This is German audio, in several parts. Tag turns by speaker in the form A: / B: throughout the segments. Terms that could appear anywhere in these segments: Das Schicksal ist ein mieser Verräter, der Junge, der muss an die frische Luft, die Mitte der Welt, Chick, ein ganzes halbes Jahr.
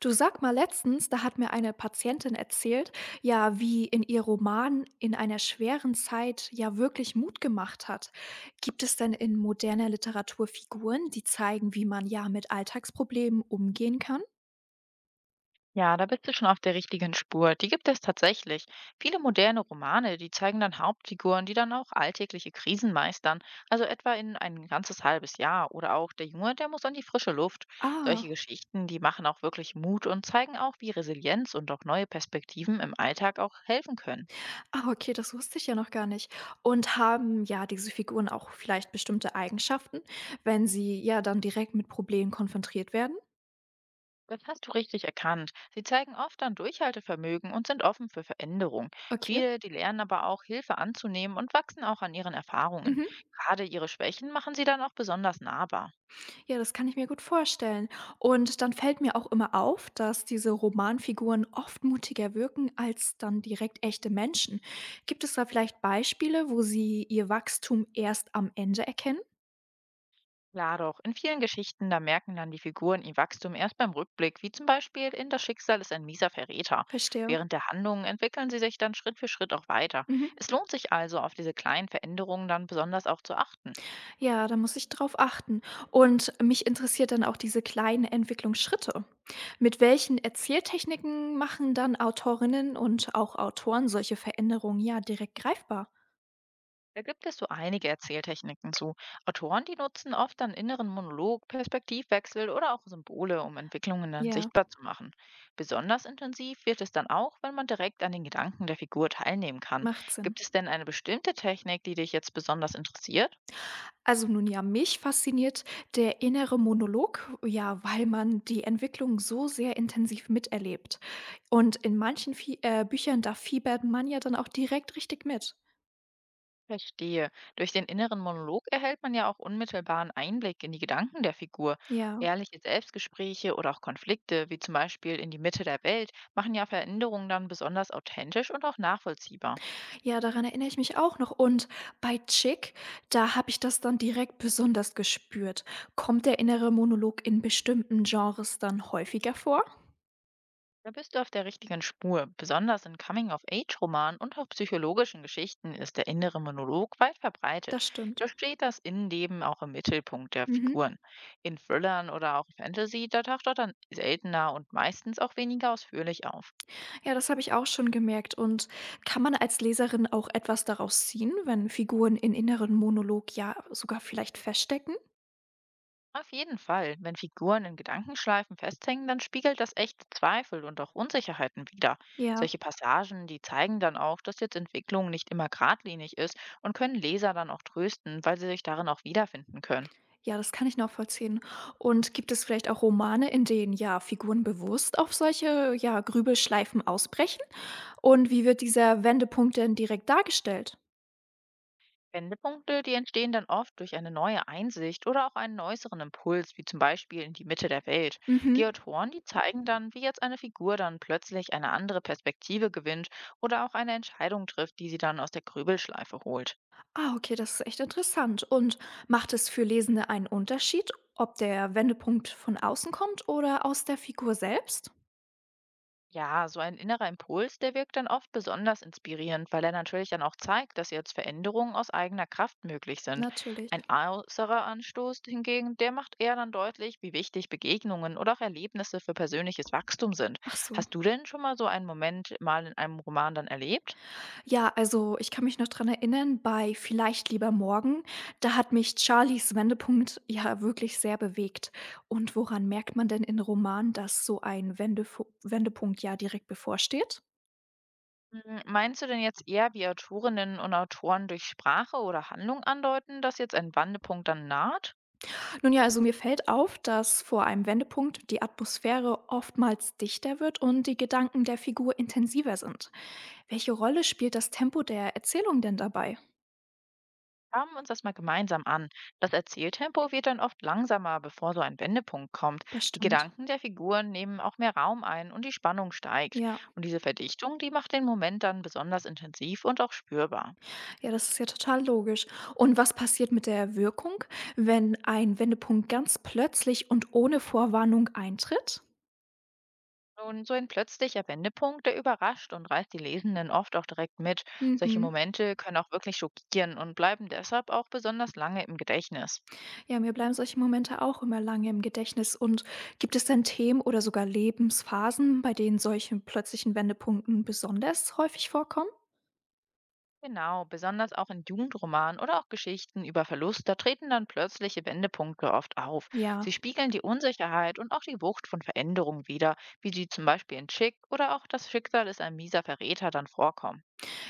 A: Du, sag mal, letztens, da hat mir eine Patientin erzählt, ja, wie in ihr Roman in einer schweren Zeit ja wirklich Mut gemacht hat. Gibt es denn in moderner Literatur Figuren, die zeigen, wie man ja mit Alltagsproblemen umgehen kann?
B: Ja, da bist du schon auf der richtigen Spur. Die gibt es tatsächlich. Viele moderne Romane, die zeigen dann Hauptfiguren, die dann auch alltägliche Krisen meistern. Also etwa in ein ganzes halbes Jahr. Oder auch der Junge, der muss an die frische Luft. Solche
A: Ah,
B: Geschichten, die machen auch wirklich Mut und zeigen auch, wie Resilienz und auch neue Perspektiven im Alltag auch helfen können.
A: ah, okay, das wusste ich ja noch gar nicht. Und haben ja diese Figuren auch vielleicht bestimmte Eigenschaften, wenn sie ja dann direkt mit Problemen konfrontiert werden?
B: Das hast du richtig erkannt. Sie zeigen oft dann Durchhaltevermögen und sind offen für Veränderung.
A: Okay.
B: Viele, die lernen aber auch, Hilfe anzunehmen und wachsen auch an ihren Erfahrungen.
A: Mhm.
B: Gerade ihre Schwächen machen sie dann auch besonders nahbar.
A: Ja, das kann ich mir gut vorstellen. Und dann fällt mir auch immer auf, dass diese Romanfiguren oft mutiger wirken als dann direkt echte Menschen. Gibt es da vielleicht Beispiele, wo sie ihr Wachstum erst am Ende erkennen?
B: Klar doch, in vielen Geschichten, da merken dann die Figuren ihr Wachstum erst beim Rückblick, wie zum Beispiel in Das Schicksal ist ein mieser Verräter.
A: Verstehe.
B: Während der Handlungen entwickeln sie sich dann Schritt für Schritt auch weiter.
A: Mhm.
B: Es lohnt sich also, auf diese kleinen Veränderungen dann besonders auch zu achten.
A: Ja, da muss ich drauf achten. Und mich interessiert dann auch diese kleinen Entwicklungsschritte. Mit welchen Erzähltechniken machen dann Autorinnen und auch Autoren solche Veränderungen ja direkt greifbar?
B: Da gibt es so einige Erzähltechniken zu. Autoren, die nutzen oft dann inneren Monolog, Perspektivwechsel oder auch Symbole, um Entwicklungen dann
A: Ja,
B: sichtbar zu machen. Besonders intensiv wird es dann auch, wenn man direkt an den Gedanken der Figur teilnehmen kann.
A: macht Sinn.
B: Gibt es denn eine bestimmte Technik, die dich jetzt besonders interessiert?
A: Also nun ja, mich fasziniert der innere Monolog, ja, weil man die Entwicklung so sehr intensiv miterlebt. Und in manchen Fie Büchern, da fiebert man ja dann auch direkt richtig mit.
B: Verstehe. Durch den inneren Monolog erhält man ja auch unmittelbaren Einblick in die Gedanken der Figur.
A: Ja,
B: Ehrliche Selbstgespräche oder auch Konflikte, wie zum Beispiel in die Mitte der Welt, machen ja Veränderungen dann besonders authentisch und auch nachvollziehbar.
A: ja, daran erinnere ich mich auch noch. Und bei Chick, da habe ich das dann direkt besonders gespürt. Kommt der innere Monolog in bestimmten Genres dann häufiger vor?
B: Da bist du auf der richtigen Spur. Besonders in Coming-of-Age-Romanen und auch psychologischen Geschichten ist der innere Monolog weit verbreitet.
A: Das stimmt.
B: Da steht das Innenleben auch im Mittelpunkt der
A: Mhm.
B: Figuren. In Thrillern oder auch Fantasy, da taucht er dann seltener und meistens auch weniger ausführlich auf.
A: Ja, das habe ich auch schon gemerkt. Und kann man als Leserin auch etwas daraus ziehen, wenn Figuren in inneren Monolog ja sogar vielleicht feststecken?
B: Auf jeden Fall, wenn Figuren in Gedankenschleifen festhängen, dann spiegelt das echte Zweifel und auch Unsicherheiten wider.
A: Ja,
B: Solche Passagen, die zeigen dann auch, dass jetzt Entwicklung nicht immer geradlinig ist und können Leser dann auch trösten, weil sie sich darin auch wiederfinden können.
A: ja, das kann ich nachvollziehen. Und gibt es vielleicht auch Romane, in denen ja Figuren bewusst auf solche ja Grübelschleifen ausbrechen? Und wie wird dieser Wendepunkt denn direkt dargestellt?
B: Wendepunkte, die entstehen dann oft durch eine neue Einsicht oder auch einen äußeren Impuls, wie zum Beispiel in die Mitte der Welt. Die
A: Mhm.
B: Autoren, die zeigen dann, wie jetzt eine Figur dann plötzlich eine andere Perspektive gewinnt oder auch eine Entscheidung trifft, die sie dann aus der Grübelschleife holt.
A: Ah, okay, das ist echt interessant. Und macht es für Lesende einen Unterschied, ob der Wendepunkt von außen kommt oder aus der Figur selbst?
B: Ja, so ein innerer Impuls, der wirkt dann oft besonders inspirierend, weil er natürlich dann auch zeigt, dass jetzt Veränderungen aus eigener Kraft möglich sind.
A: Natürlich.
B: Ein äußerer Anstoß hingegen, der macht eher dann deutlich, wie wichtig Begegnungen oder auch Erlebnisse für persönliches Wachstum sind.
A: Ach so.
B: Hast du denn schon mal so einen Moment mal in einem Roman dann erlebt?
A: Ja, also, ich kann mich noch dran erinnern, bei „Vielleicht lieber morgen“, da hat mich Charlies Wendepunkt ja wirklich sehr bewegt. Und woran merkt man denn in Romanen, dass so ein Wendefu Wendepunkt ja direkt bevorsteht?
B: Meinst du denn jetzt eher, wie Autorinnen und Autoren durch Sprache oder Handlung andeuten, dass jetzt ein Wandepunkt dann naht?
A: Nun ja, also, mir fällt auf, dass vor einem Wendepunkt die Atmosphäre oftmals dichter wird und die Gedanken der Figur intensiver sind. Welche Rolle spielt das Tempo der Erzählung denn dabei?
B: Schauen wir uns das mal gemeinsam an. Das Erzähltempo wird dann oft langsamer, bevor so ein Wendepunkt kommt.
A: Das
B: Die
A: stimmt,
B: Gedanken der Figuren nehmen auch mehr Raum ein und die Spannung steigt.
A: ja.
B: Und diese Verdichtung, die macht den Moment dann besonders intensiv und auch spürbar.
A: Ja, das ist ja total logisch. Und was passiert mit der Wirkung, wenn ein Wendepunkt ganz plötzlich und ohne Vorwarnung eintritt?
B: Und so ein plötzlicher Wendepunkt, der überrascht und reißt die Lesenden oft auch direkt mit. Solche
A: Mhm.
B: Momente können auch wirklich schockieren und bleiben deshalb auch besonders lange im Gedächtnis.
A: Ja, mir bleiben solche Momente auch immer lange im Gedächtnis. Und gibt es denn Themen oder sogar Lebensphasen, bei denen solche plötzlichen Wendepunkten besonders häufig vorkommen?
B: Genau, besonders auch in Jugendromanen oder auch Geschichten über Verlust, da treten dann plötzliche Wendepunkte oft auf.
A: Ja,
B: Sie spiegeln die Unsicherheit und auch die Wucht von Veränderungen wider, wie sie zum Beispiel in Chick oder auch das Schicksal ist ein mieser Verräter dann vorkommen.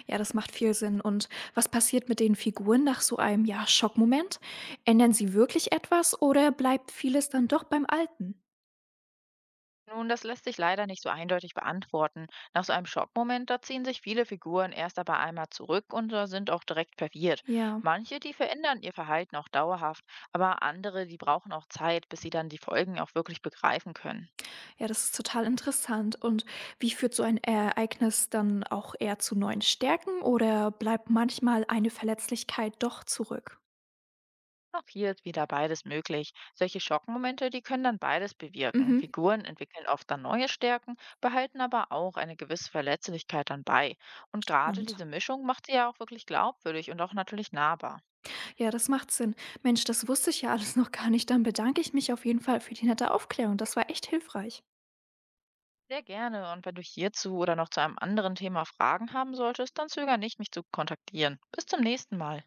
A: ja, das macht viel Sinn. Und was passiert mit den Figuren nach so einem, ja, Schockmoment? Ändern sie wirklich etwas oder bleibt vieles dann doch beim Alten?
B: Nun, das lässt sich leider nicht so eindeutig beantworten. Nach so einem Schockmoment, da ziehen sich viele Figuren erst aber einmal zurück und da sind auch direkt verwirrt.
A: Ja.
B: Manche, die verändern ihr Verhalten auch dauerhaft, aber andere, die brauchen auch Zeit, bis sie dann die Folgen auch wirklich begreifen können.
A: Ja, das ist total interessant. Und wie führt so ein Ereignis dann auch eher zu neuen Stärken oder bleibt manchmal eine Verletzlichkeit doch zurück?
B: Auch hier ist wieder beides möglich. Solche Schockmomente, die können dann beides bewirken.
A: Mhm.
B: Figuren entwickeln oft dann neue Stärken, behalten aber auch eine gewisse Verletzlichkeit dann bei. Und gerade
A: Spannend.
B: diese Mischung macht sie ja auch wirklich glaubwürdig und auch natürlich nahbar.
A: Ja, das macht Sinn. Mensch, das wusste ich ja alles noch gar nicht. Dann bedanke ich mich auf jeden Fall für die nette Aufklärung. Das war echt hilfreich.
B: Sehr gerne. Und wenn du hierzu oder noch zu einem anderen Thema Fragen haben solltest, dann zöger nicht, mich zu kontaktieren. Bis zum nächsten Mal.